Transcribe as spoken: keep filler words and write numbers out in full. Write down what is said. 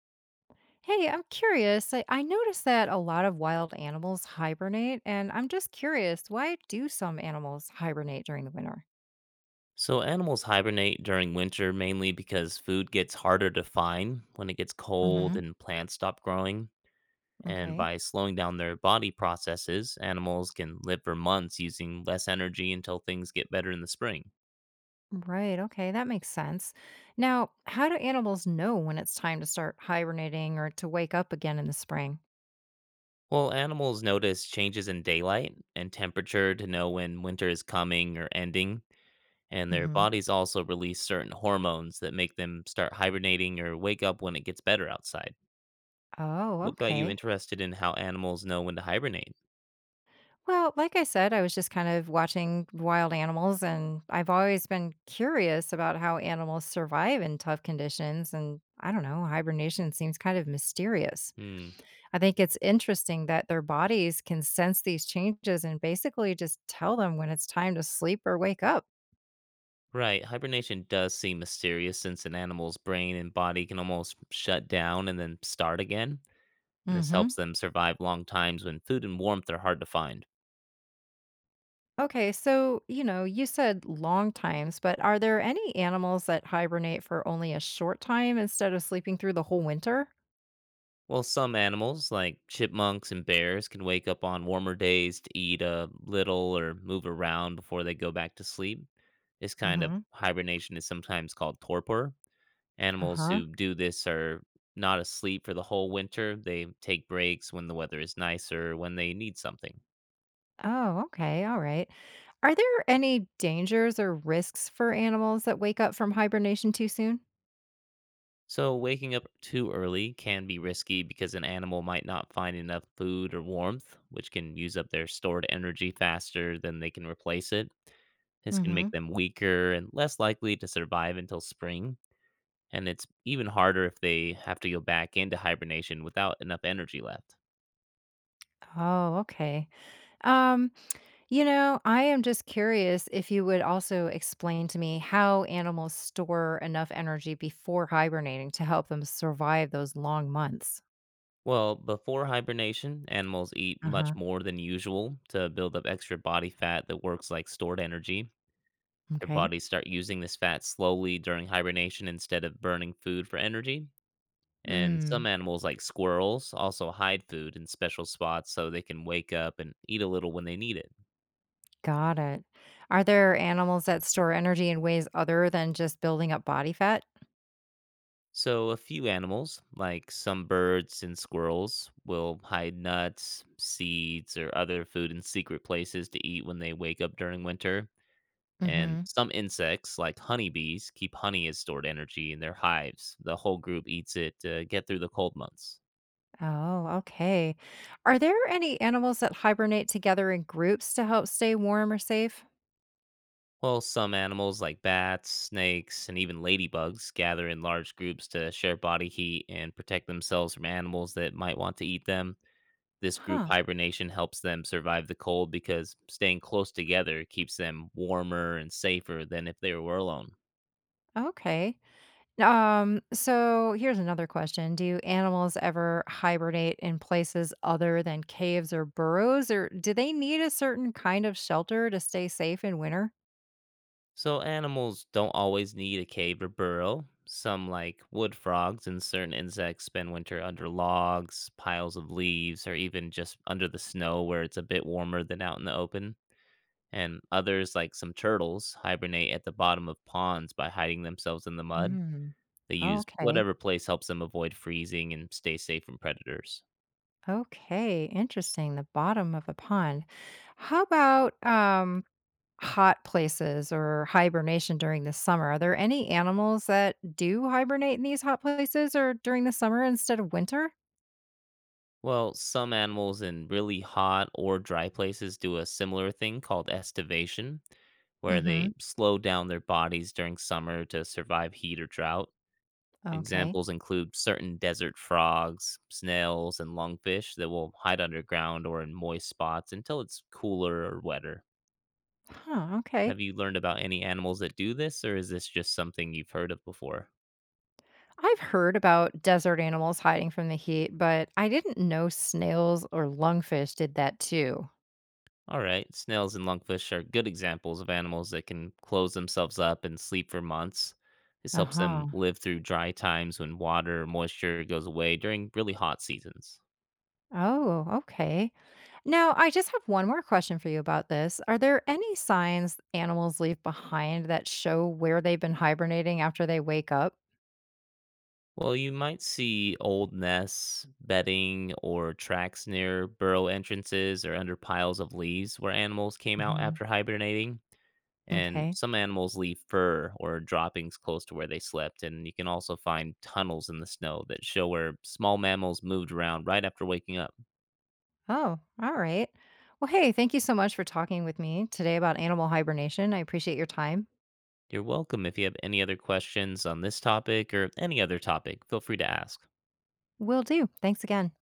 Hey, I'm curious. I, I noticed that a lot of wild animals hibernate, and I'm just curious, why do some animals hibernate during the winter? So, animals hibernate during winter mainly because food gets harder to find when it gets Hmm. cold and plants stop growing. And Okay. by slowing down their body processes, animals can live for months using less energy until things get better in the spring. Right. Okay. That makes sense. Now, how do animals know when it's time to start hibernating or to wake up again in the spring? Well, animals notice changes in daylight and temperature to know when winter is coming or ending, and their Hmm. bodies also release certain hormones that make them start hibernating or wake up when it gets better outside. Oh, What got you okay. interested in how animals know when to hibernate? Well, like I said, I was just kind of watching wild animals, and I've always been curious about how animals survive in tough conditions. And I don't know, hibernation seems kind of mysterious. Hmm. I think it's interesting that their bodies can sense these changes and basically just tell them when it's time to sleep or wake up. Right. Hibernation does seem mysterious since an animal's brain and body can almost shut down and then start again. And this Hmm. helps them survive long times when food and warmth are hard to find. Okay, so, you know, you said long times, but are there any animals that hibernate for only a short time instead of sleeping through the whole winter? While some animals, like chipmunks and bears, can wake up on warmer days to eat a little or move around before they go back to sleep. This kind of Hmm. hibernation is sometimes called torpor. Animals Uh-huh. who do this are not asleep for the whole winter. They take breaks when the weather is nicer, when they need something. Oh, okay. All right. Are there any dangers or risks for animals that wake up from hibernation too soon? So, waking up too early can be risky because an animal might not find enough food or warmth, which can use up their stored energy faster than they can replace it. This can make Hmm. them weaker and less likely to survive until spring, and it's even harder if they have to go back into hibernation without enough energy left. Oh, okay. Um. You know, I am just curious if you would also explain to me how animals store enough energy before hibernating to help them survive those long months. Well, before hibernation, animals eat Uh much huh. more than usual to build up extra body fat that works like stored energy. Their Okay. bodies start using this fat slowly during hibernation instead of burning food for energy. And some Mm, animals, like squirrels, also hide food in special spots so they can wake up and eat a little when they need it. got it. Are there animals that store energy in ways other than just building up body fat? So, a few animals, like some birds and squirrels, will hide nuts, seeds, or other food in secret places to eat when they wake up during winter. And Mm-hmm. some insects, like honeybees, keep honey as stored energy in their hives. The whole group eats it to get through the cold months. Oh, okay. Are there any animals that hibernate together in groups to help stay warm or safe? Well, some animals like bats, snakes, and even ladybugs gather in large groups to share body heat and protect themselves from animals that might want to eat them. This group Huh. hibernation helps them survive the cold because staying close together keeps them warmer and safer than if they were alone. Okay. Um, so here's another question. Do animals ever hibernate in places other than caves or burrows, or do they need a certain kind of shelter to stay safe in winter? So, animals don't always need a cave or burrow. Some, like wood frogs and certain insects, spend winter under logs, piles of leaves, or even just under the snow where it's a bit warmer than out in the open. And others, like some turtles, hibernate at the bottom of ponds by hiding themselves in the mud. Mm. They use Okay. whatever place helps them avoid freezing and stay safe from predators. Okay. Interesting. The bottom of a pond. How about um hot places or hibernation during the summer? Are there any animals that do hibernate in these hot places or during the summer instead of winter? Well, some animals in really hot or dry places do a similar thing called estivation, where they Mm-hmm. slow down their bodies during summer to survive heat or drought. Okay. Examples include certain desert frogs, snails, and lungfish that will hide underground or in moist spots until it's cooler or wetter. Huh. Have Okay. you learned about any animals that do this, or is this just something you've heard of before? I've heard about desert animals hiding from the heat, but I didn't know snails or lungfish did that too. All right, snails and lungfish are good examples of animals that can close themselves up and sleep for months. This Uh helps them huh. live through dry times when water or moisture goes away during really hot seasons. Oh, okay. Now, I just have one more question for you about this. Are there any signs animals leave behind that show where they've been hibernating after they wake up? Well, you might see old nests, bedding, or tracks near burrow entrances or under piles of leaves where animals came out Hmm. after hibernating. And Okay. some animals leave fur or droppings close to where they slept, and you can also find tunnels in the snow that show where small mammals moved around right after waking up. Oh, all right. Well, hey, thank you so much for talking with me today about animal hibernation. I appreciate your time. You're welcome. If you have any other questions on this topic or any other topic, feel free to ask. Will do. Thanks again.